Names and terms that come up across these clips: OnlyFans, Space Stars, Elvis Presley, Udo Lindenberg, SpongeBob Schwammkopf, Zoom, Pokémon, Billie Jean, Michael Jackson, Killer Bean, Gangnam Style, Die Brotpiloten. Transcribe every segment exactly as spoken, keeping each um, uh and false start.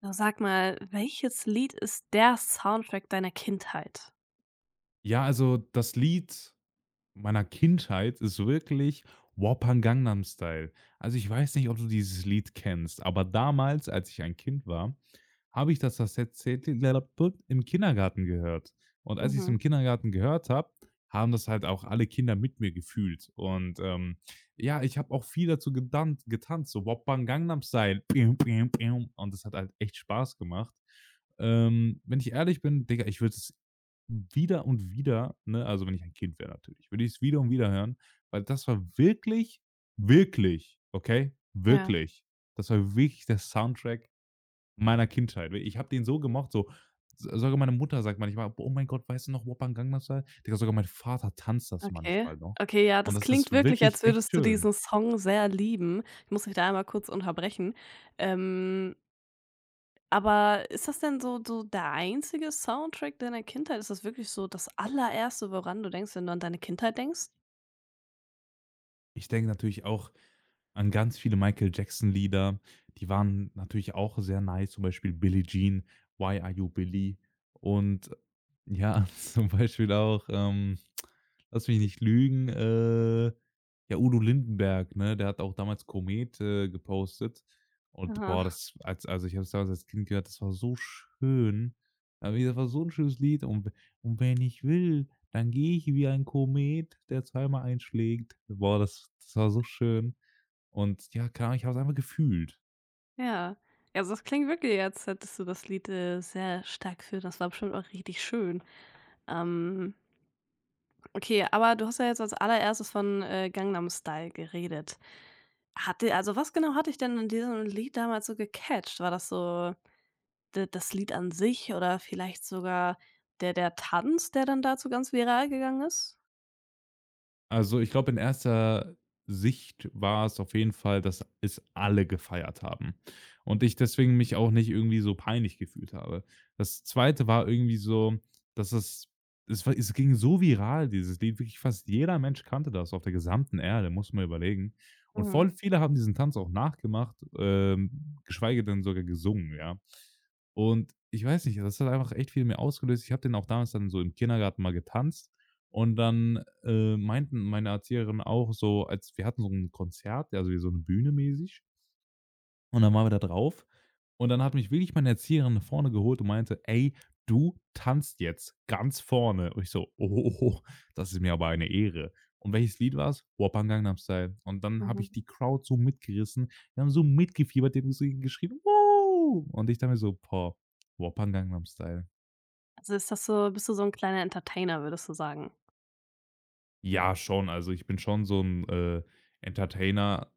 Na, sag mal, welches Lied ist der Soundtrack deiner Kindheit? Ja, also das Lied meiner Kindheit ist wirklich Wappan Gangnam Style. Also, ich weiß nicht, ob du dieses Lied kennst, aber damals, als ich ein Kind war, habe ich das tatsächlich im Kindergarten gehört. Und als ich es Mhm. im Kindergarten gehört habe, haben das halt auch alle Kinder mit mir gefühlt. Und, ähm, ja, ich habe auch viel dazu getan getanzt, so Wappan Gangnam Style. Pium, pium, pium. Und das hat halt echt Spaß gemacht. Ähm, wenn ich ehrlich bin, Digga, ich würde es wieder und wieder, ne, also wenn ich ein Kind wäre natürlich, würde ich es wieder und wieder hören, weil das war wirklich, wirklich, okay, Ja, wirklich, das war wirklich der Soundtrack meiner Kindheit. Ich habe den so gemocht, so sogar meine Mutter sagt manchmal: „Oh mein Gott, weißt du noch Wuppan Gangnam Style?" Digga, sogar mein Vater tanzt das okay. manchmal noch, Okay, ja, und das das klingt ist wirklich, wirklich als echt würdest du schön. diesen Song sehr lieben. Ich muss dich da einmal kurz unterbrechen. Ähm Aber ist das denn so so der einzige Soundtrack deiner Kindheit? Ist das wirklich so das Allererste, woran du denkst, wenn du an deine Kindheit denkst? Ich denke natürlich auch an ganz viele Michael Jackson-Lieder. Die waren natürlich auch sehr nice, zum Beispiel „Billie Jean", „Why Are You Billie" und ja, zum Beispiel auch, ähm lass mich nicht lügen, äh, ja, Udo Lindenberg, ne? Der hat auch damals Komet, äh, gepostet und boah, Aha, das als also, ich habe es damals als Kind gehört, das war so schön. Aber wie gesagt, war so ein schönes Lied, und und wenn ich will, dann gehe ich wie ein Komet, der zweimal einschlägt. Boah, das das war so schön, und ja, keine Ahnung, ich habe es einfach gefühlt. ja. Also, das klingt wirklich, als hättest du das Lied, äh, sehr stark für das war bestimmt auch richtig schön. Ähm, okay, aber du hast ja jetzt als Allererstes von, äh, Gangnam Style geredet. Hatte also, was genau hatte ich denn an diesem Lied damals so gecatcht? War das so d das Lied an sich oder vielleicht sogar der der Tanz, der dann dazu ganz viral gegangen ist? Also, ich glaube, in erster Sicht war es auf jeden Fall, dass es alle gefeiert haben und ich deswegen mich auch nicht irgendwie so peinlich gefühlt habe. Das Zweite war irgendwie so, dass es es war es ging so viral, dieses Lied, wirklich fast jeder Mensch kannte das auf der gesamten Erde, muss man überlegen. Und Mhm, voll viele haben diesen Tanz auch nachgemacht, ähm, geschweige denn sogar gesungen, ja. Und ich weiß nicht, das hat einfach echt viel mehr ausgelöst. Ich habe den auch damals dann so im Kindergarten mal getanzt, und dann, äh, meinten meine Erzieherin auch so, als wir hatten so ein Konzert, ja, also wie so eine Bühne mäßig, und dann waren wir da drauf, und dann hat mich wirklich meine Erzieherin nach vorne geholt und meinte: „Ey, du tanzt jetzt ganz vorne." Und ich so: „Oh, das ist mir aber eine Ehre." Und welches Lied war's? „Wuppan Gangnam Style." Und dann habe mhm. ich die Crowd so mitgerissen. Wir haben so mitgefiebert, die haben so geschrien: „Wow!" Und ich dachte mir so: „Boah, Wuppan Gangnam Style." Also ist das so bist du so ein kleiner Entertainer, würdest du sagen? Ja, schon. Also, ich bin schon so ein äh, Entertainer.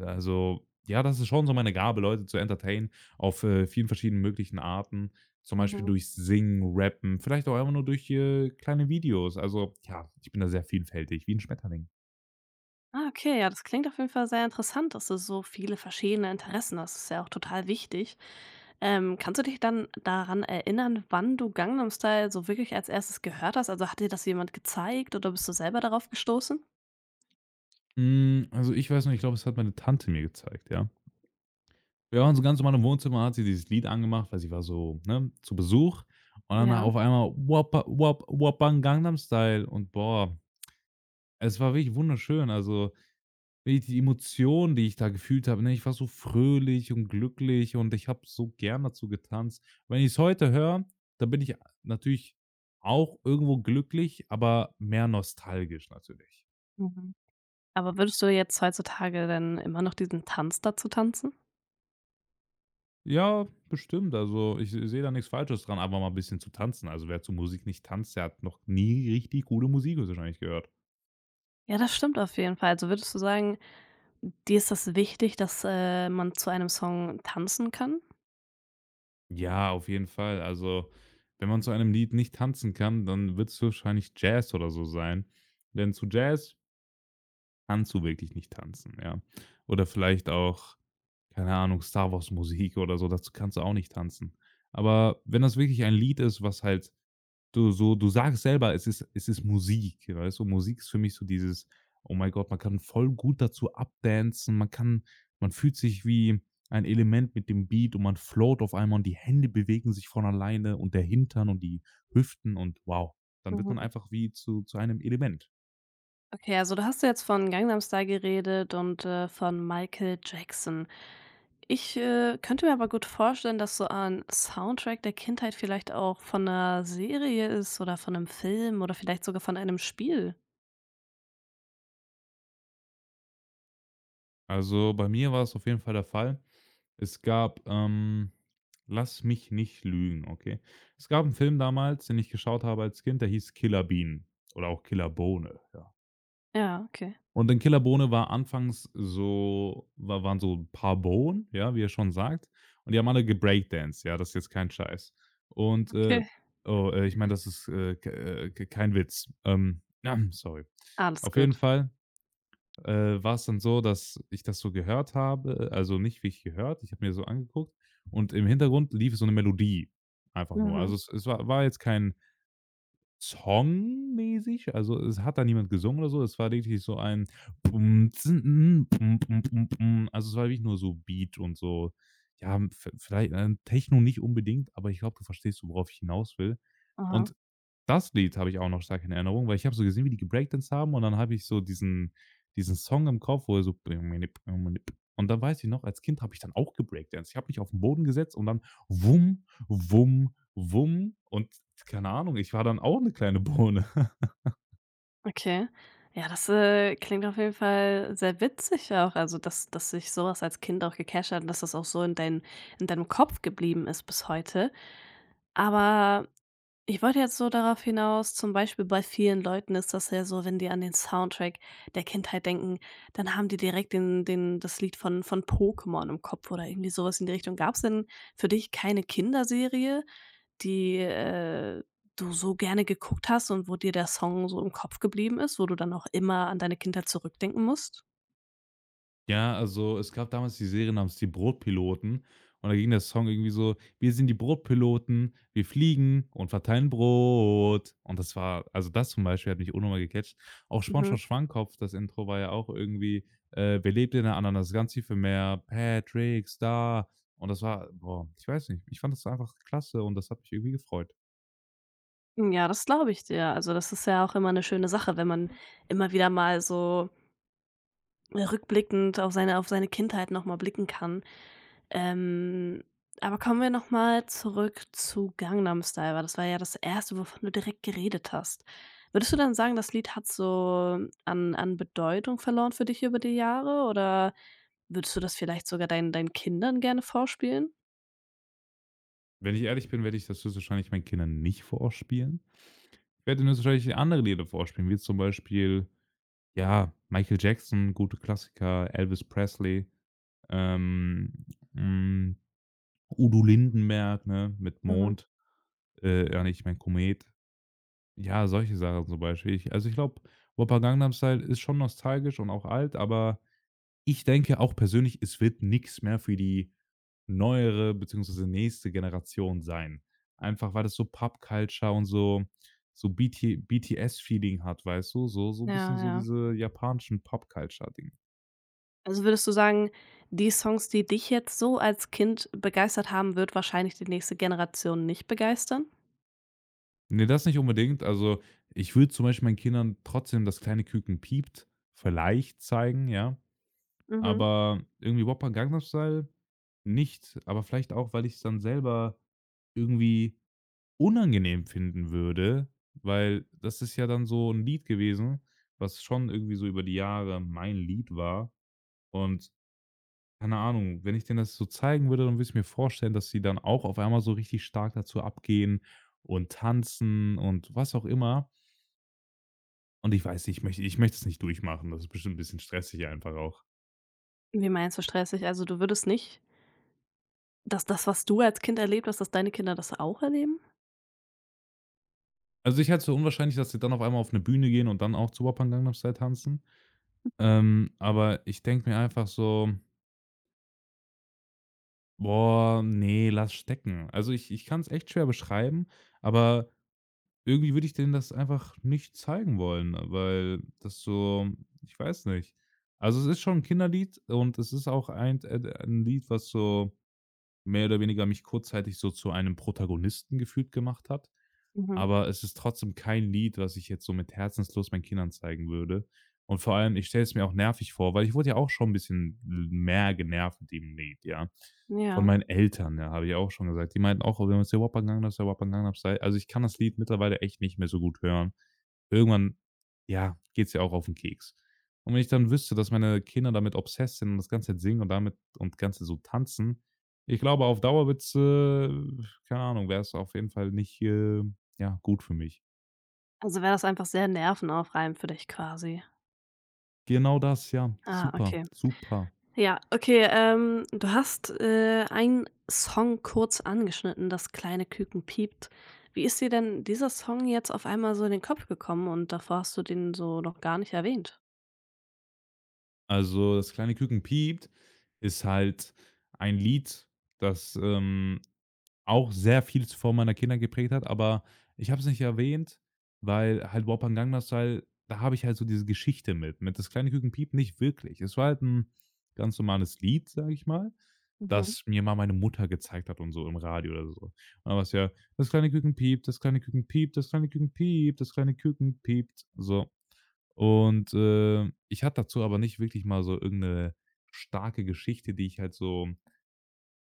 Also, ja, das ist schon so meine Gabe, Leute zu entertainen auf, äh, vielen verschiedenen möglichen Arten. Zum Beispiel Mhm. durch Singen, Rappen, vielleicht auch einfach nur durch, äh, kleine Videos. Also, ja, ich bin da sehr vielfältig, wie ein Schmetterling. Ah, okay, ja, das klingt auf jeden Fall sehr interessant, dass du so viele verschiedene Interessen hast. Das ist ja auch total wichtig. Ähm, kannst du dich dann daran erinnern, wann du Gangnam Style so wirklich als Erstes gehört hast? Also, hat dir das jemand gezeigt oder bist du selber darauf gestoßen? Hm, also, ich weiß noch, ich glaube, es hat meine Tante mir gezeigt, ja. Wir waren so ganz normal im Wohnzimmer, hat sie dieses Lied angemacht, weil sie war so, ne, zu Besuch, und dann Ja, auf einmal Whoppa Whop Whoppa Gangnam Style, und boah, es war wirklich wunderschön. Also, Die die Emotionen, die ich da gefühlt habe, ne? Ich war so fröhlich und glücklich, und ich habe so gern dazu getanzt. Wenn ich es heute höre, dann bin ich natürlich auch irgendwo glücklich, aber mehr nostalgisch natürlich. mhm. Aber würdest du jetzt heutzutage denn immer noch diesen Tanz dazu tanzen? Ja, bestimmt. Also, ich sehe da nichts Falsches dran, aber mal ein bisschen zu tanzen. Also, wer zu Musik nicht tanzt, der hat noch nie richtig gute Musik wahrscheinlich gehört. Ja, das stimmt auf jeden Fall. Also, würdest du sagen, dir ist das wichtig, dass, äh, man zu einem Song tanzen kann? Ja, auf jeden Fall. Also, wenn man zu einem Lied nicht tanzen kann, dann wird es wahrscheinlich Jazz oder so sein. Denn zu Jazz kannst du wirklich nicht tanzen, ja. Oder vielleicht auch, keine Ahnung, Star Wars Musik oder so, dazu kannst du auch nicht tanzen. Aber wenn das wirklich ein Lied ist, was halt du so, du sagst selber, es ist es ist Musik, weißt du? Musik ist für mich so dieses: „Oh mein Gott, man kann voll gut dazu updancen, man kann man fühlt sich wie ein Element mit dem Beat, und man float auf einmal, und die Hände bewegen sich von alleine, und der Hintern und die Hüften, und wow, dann wird man Mhm. einfach wie zu zu einem Element." Okay, also da hast du jetzt von Gangnam Style geredet und, äh, von Michael Jackson. Ich, äh, könnte mir aber gut vorstellen, dass so ein Soundtrack der Kindheit vielleicht auch von einer Serie ist oder von einem Film oder vielleicht sogar von einem Spiel. Also, bei mir war es auf jeden Fall der Fall. Es gab, ähm lass mich nicht lügen, okay? Es gab einen Film damals, den ich geschaut habe als Kind, der hieß Killer Bean oder auch Killer Bohne, ja. Ja, okay. Und in Killer Bohne war anfangs so wa waren so 'n paar Bohnen, ja, wie er schon sagt, und die haben alle gebreakdanced, ja, das ist jetzt kein Scheiß. Und, äh Okay. oh, äh, ich meine, das ist, äh, k äh, k kein Witz. Ähm, sorry. Alles Auf jeden gut. Fall äh, war's dann so, dass ich das so gehört habe, also nicht wie ich gehört, ich habe mir so angeguckt, und im Hintergrund lief so eine Melodie einfach nur. Also, Mhm. es es war war jetzt kein songmäßig, also, es hat da niemand gesungen oder so. Es war wirklich so ein bum zn, n, bum, bum, bum, bum. Also, es war wirklich nur so Beat und so, ja, v vielleicht, äh, Techno nicht unbedingt, aber ich glaube, du verstehst, worauf ich hinaus will. Aha. Und das Lied habe ich auch noch stark in Erinnerung, weil ich habe so gesehen, wie die gebreakdanced haben, und dann habe ich so diesen diesen Song im Kopf, wo er so, und dann weiß ich noch, als Kind habe ich dann auch gebreakdanced. Ich habe mich auf den Boden gesetzt, und dann wum, wum, Wum und keine Ahnung, ich war dann auch 'ne kleine Bohne. Okay. Ja, das, äh, klingt auf jeden Fall sehr witzig auch, also dass dass sich sowas als Kind auch gecatcht hat und dass das auch so in dein in deinem Kopf geblieben ist bis heute. Aber ich wollte jetzt so darauf hinaus, zum Beispiel bei vielen Leuten ist das ja so, wenn die an den Soundtrack der Kindheit denken, dann haben die direkt den den das Lied von von Pokémon im Kopf oder irgendwie sowas in die Richtung. Gab es denn für dich keine Kinderserie, die, äh, du so gerne geguckt hast und wo dir der Song so im Kopf geblieben ist, wo du dann auch immer an deine Kindheit zurückdenken musst? Ja, also, es gab damals die Serie namens „Die Brotpiloten", und da ging der Song irgendwie so: „Wir sind die Brotpiloten, wir fliegen und verteilen Brot." Und das war, also, das zum Beispiel hat mich unnormal gecatcht. Auch Mhm. „SpongeBob Schwammkopf", das Intro war ja auch irgendwie, äh: „Wir lebten in der Ananas, ganz tief im Meer, Patrick Star." Und das war boah, ich weiß nicht, ich fand das einfach klasse, und das hat mich irgendwie gefreut. Ja, das glaube ich dir. Also, das ist ja auch immer eine schöne Sache, wenn man immer wieder mal so rückblickend auf seine auf seine Kindheit noch mal blicken kann. Ähm, aber kommen wir noch mal zurück zu Gangnam Style, weil das war ja das erste wovon du direkt geredet hast. Würdest du dann sagen, das Lied hat so an an Bedeutung verloren für dich über die Jahre oder würdest du das vielleicht sogar deinen deinen Kindern gerne vorspielen? Wenn ich ehrlich bin, werde ich das höchstwahrscheinlich meinen Kindern nicht vorspielen. Ich werde Ihnen jetzt wahrscheinlich andere Lieder vorspielen, wie zum Beispiel, ja, Michael Jackson, gute Klassiker, Elvis Presley, ähm, hm, Udo Lindenberg, ne, mit Mhm. Mond, äh, ja, nicht, mein Komet. Ja, solche Sachen zum Beispiel. Ich, also, ich glaube, Wuppa Gangnam Style ist schon nostalgisch und auch alt, aber ich denke auch persönlich, es wird nichts mehr für die neuere bzw. nächste Generation sein. Einfach, weil das so Pop-Culture und so so B T B T S-Feeling hat, weißt du? So so 'n Ja, bisschen so ja. diese japanischen Pop-Culture-Ding. Also würdest du sagen, die Songs, die dich jetzt so als Kind begeistert haben, wird wahrscheinlich die nächste Generation nicht begeistern? Ne, das nicht unbedingt. Also, ich würde zum Beispiel meinen Kindern trotzdem „Das kleine Küken piept" vielleicht zeigen, ja, Mhm. aber irgendwie „Woppa Gangnam Style" nicht, aber vielleicht auch, weil ich's dann selber irgendwie unangenehm finden würde, weil das ist ja dann so 'n Lied gewesen, was schon irgendwie so über die Jahre mein Lied war, und keine Ahnung, wenn ich denen das so zeigen würde, dann würde ich mir vorstellen, dass sie dann auch auf einmal so richtig stark dazu abgehen und tanzen und was auch immer. Und ich weiß nicht, ich möchte ich möchte es nicht durchmachen. Das ist bestimmt 'n bisschen stressig einfach auch. Wie meinst du stressig? Also du würdest nicht, dass das, was du als Kind erlebt hast, dass deine Kinder das auch erleben? Also, ich halte es für unwahrscheinlich, dass sie dann auf einmal auf 'ne Bühne gehen und dann auch zu Opern Gangnam Style tanzen. Ähm, aber ich denke mir einfach so: boah, nee, lass stecken. Also, ich ich kann es echt schwer beschreiben, aber irgendwie würde ich denen das einfach nicht zeigen wollen, weil das so, ich weiß nicht. Also, es ist schon ein Kinderlied, und es ist auch ein d äh, 'n Lied, was so mehr oder weniger mich kurzzeitig so zu einem Protagonisten gefühlt gemacht hat. Mhm. Aber es ist trotzdem kein Lied, was ich jetzt so mit Herzenslust meinen Kindern zeigen würde. Und vor allem, ich stelle es mir auch nervig vor, weil ich wurde ja auch schon ein bisschen mehr genervt mit dem Lied, ja. Von Ja. meinen Eltern, ja, habe ich auch schon gesagt. Die meinten auch: „Oh, wenn wir haben jetzt hier Wapa Gangnam Style, Wapa." Also, ich kann das Lied mittlerweile echt nicht mehr so gut hören. Irgendwann, ja, geht's ja auch auf den Keks. Und wenn ich dann wüsste, dass meine Kinder damit obsessed sind und das ganze singen und damit und ganze so tanzen, ich glaube, auf Dauer wird's, äh keine Ahnung, wäre es auf jeden Fall nicht, äh, ja, gut für mich. Also wäre das einfach sehr nervenaufreibend für dich quasi. Genau das, ja. Ah, Super, okay. super. Ja, okay, ähm, du hast, äh, einen Song kurz angeschnitten, das kleine Küken piept. Wie ist dir denn dieser Song jetzt auf einmal so in den Kopf gekommen und davor hast du den so noch gar nicht erwähnt? Also, „Das kleine Küken piept" ist halt ein Lied, das, ähm Auch sehr viel zuvor meiner Kinder geprägt hat, aber ich habe es nicht erwähnt, weil halt Wupper Gangnam Style, da habe ich halt so diese Geschichte mit. Mit „Das kleine Küken piept" nicht wirklich. Es war halt ein ganz normales Lied, sage ich mal, Mhm. das mir mal meine Mutter gezeigt hat, und so im Radio oder so. Und dann ja: „Das kleine Küken piept, das kleine Küken piept, das kleine Küken piept, das kleine Küken piept." So. Und, äh, ich hatte dazu aber nicht wirklich mal so irgendeine starke Geschichte, die ich halt so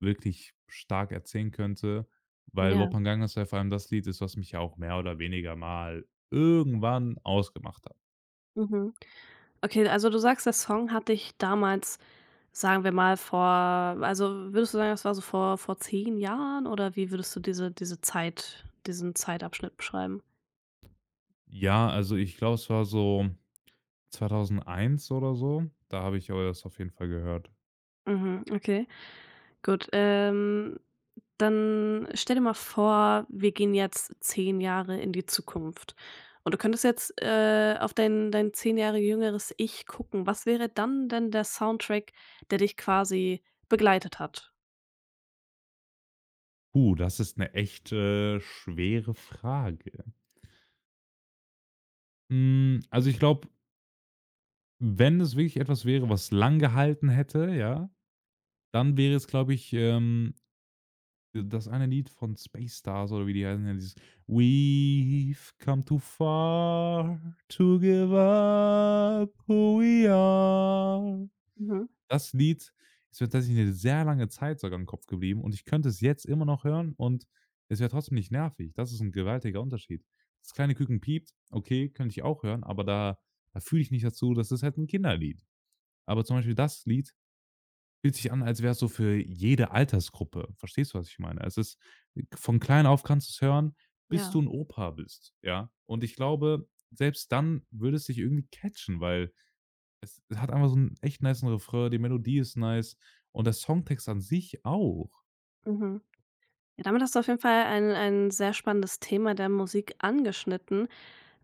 wirklich stark erzählen könnte, weil Ja. Wopangangas ja vor allem das Lied ist, was mich ja auch mehr oder weniger mal irgendwann ausgemacht hat. Mhm. Okay, also du sagst, der Song hat dich damals, sagen wir mal, vor also würdest du sagen, das war so vor vor zehn Jahren oder wie würdest du diese diese Zeit diesen Zeitabschnitt beschreiben? Ja, also ich glaube, es war so zweitausendeins oder so. Da habe ich aber das auf jeden Fall gehört. Mhm, okay, gut. Ähm, dann stell dir mal vor, wir gehen jetzt zehn Jahre in die Zukunft und du könntest jetzt, äh, auf dein dein zehn Jahre jüngeres Ich gucken. Was wäre dann denn der Soundtrack, der dich quasi begleitet hat? Puh, das ist eine echt, äh, schwere Frage. Hm, also ich glaube, wenn es wirklich etwas wäre, was lang gehalten hätte, ja, dann wäre es, glaube ich, ähm Das eine Lied von Space Stars oder wie die heißen, ja, dieses „We've come too far to give up who we are." Mhm, Das Lied ist mir tatsächlich eine sehr lange Zeit sogar im Kopf geblieben, und ich könnte es jetzt immer noch hören, und es wäre trotzdem nicht nervig. Das ist ein gewaltiger Unterschied. Das kleine Küken piept, okay, könnte ich auch hören, aber da da fühle ich nicht dazu, das ist halt ein Kinderlied. Aber zum Beispiel das Lied fühlt sich an, als wäre es so für jede Altersgruppe. Verstehst du, was ich meine? Es ist von klein auf kannst du es hören, bis du ja. ein Opa bist, ja? Und ich glaube, selbst dann würde es dich irgendwie catchen, weil es hat einfach so einen echt nicen Refrain, die Melodie ist nice und der Songtext an sich auch. Mhm. Ja, damit hast du auf jeden Fall ein ein sehr spannendes Thema der Musik angeschnitten.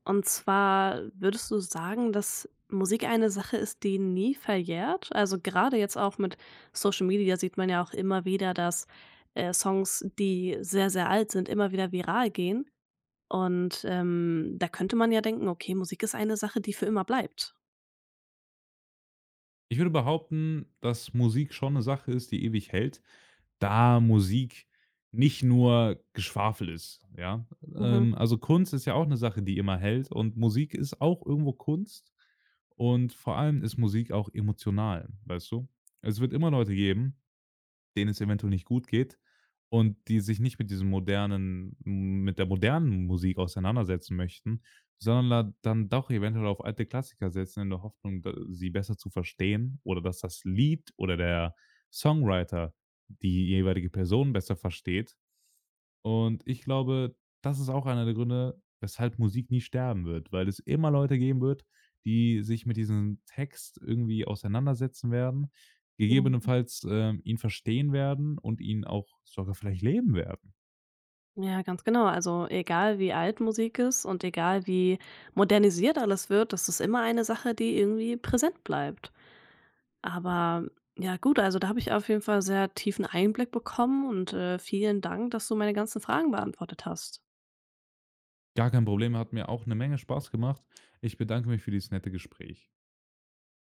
Und zwar würdest du sagen, dass Musik eine Sache ist, die nie verjährt? Also gerade jetzt auch mit Social Media sieht man ja auch immer wieder, dass, äh, Songs, die sehr, sehr alt sind, immer wieder viral gehen. Und, ähm, da könnte man ja denken: „Okay, Musik ist eine Sache, die für immer bleibt." Ich würde behaupten, dass Musik schon eine Sache ist, die ewig hält, da Musik nicht nur Geschwafel ist, ja? Mhm, Ähm, also, Kunst ist ja auch eine Sache, die immer hält, und Musik ist auch irgendwo Kunst, und vor allem ist Musik auch emotional, weißt du? Es wird immer Leute geben, denen es eventuell nicht gut geht, und die sich nicht mit diesem modernen, mit der modernen Musik auseinandersetzen möchten, sondern da dann doch eventuell auf alte Klassiker setzen, in der Hoffnung, da sie besser zu verstehen, oder dass das Lied oder der Songwriter die jeweilige Person besser versteht, und ich glaube, das ist auch einer der Gründe, weshalb Musik nie sterben wird, weil es immer Leute geben wird, die sich mit diesem Text irgendwie auseinandersetzen werden, mhm. gegebenenfalls, ähm, ihn verstehen werden und ihn auch sogar vielleicht leben werden. Ja, ganz genau. Also egal wie alt Musik ist und egal wie modernisiert alles wird, das ist immer eine Sache, die irgendwie präsent bleibt. Aber ja gut, also da habe ich auf jeden Fall sehr tiefen Einblick bekommen und äh, vielen Dank, dass du meine ganzen Fragen beantwortet hast. Gar kein Problem, hat mir auch eine Menge Spaß gemacht. Ich bedanke mich für dieses nette Gespräch.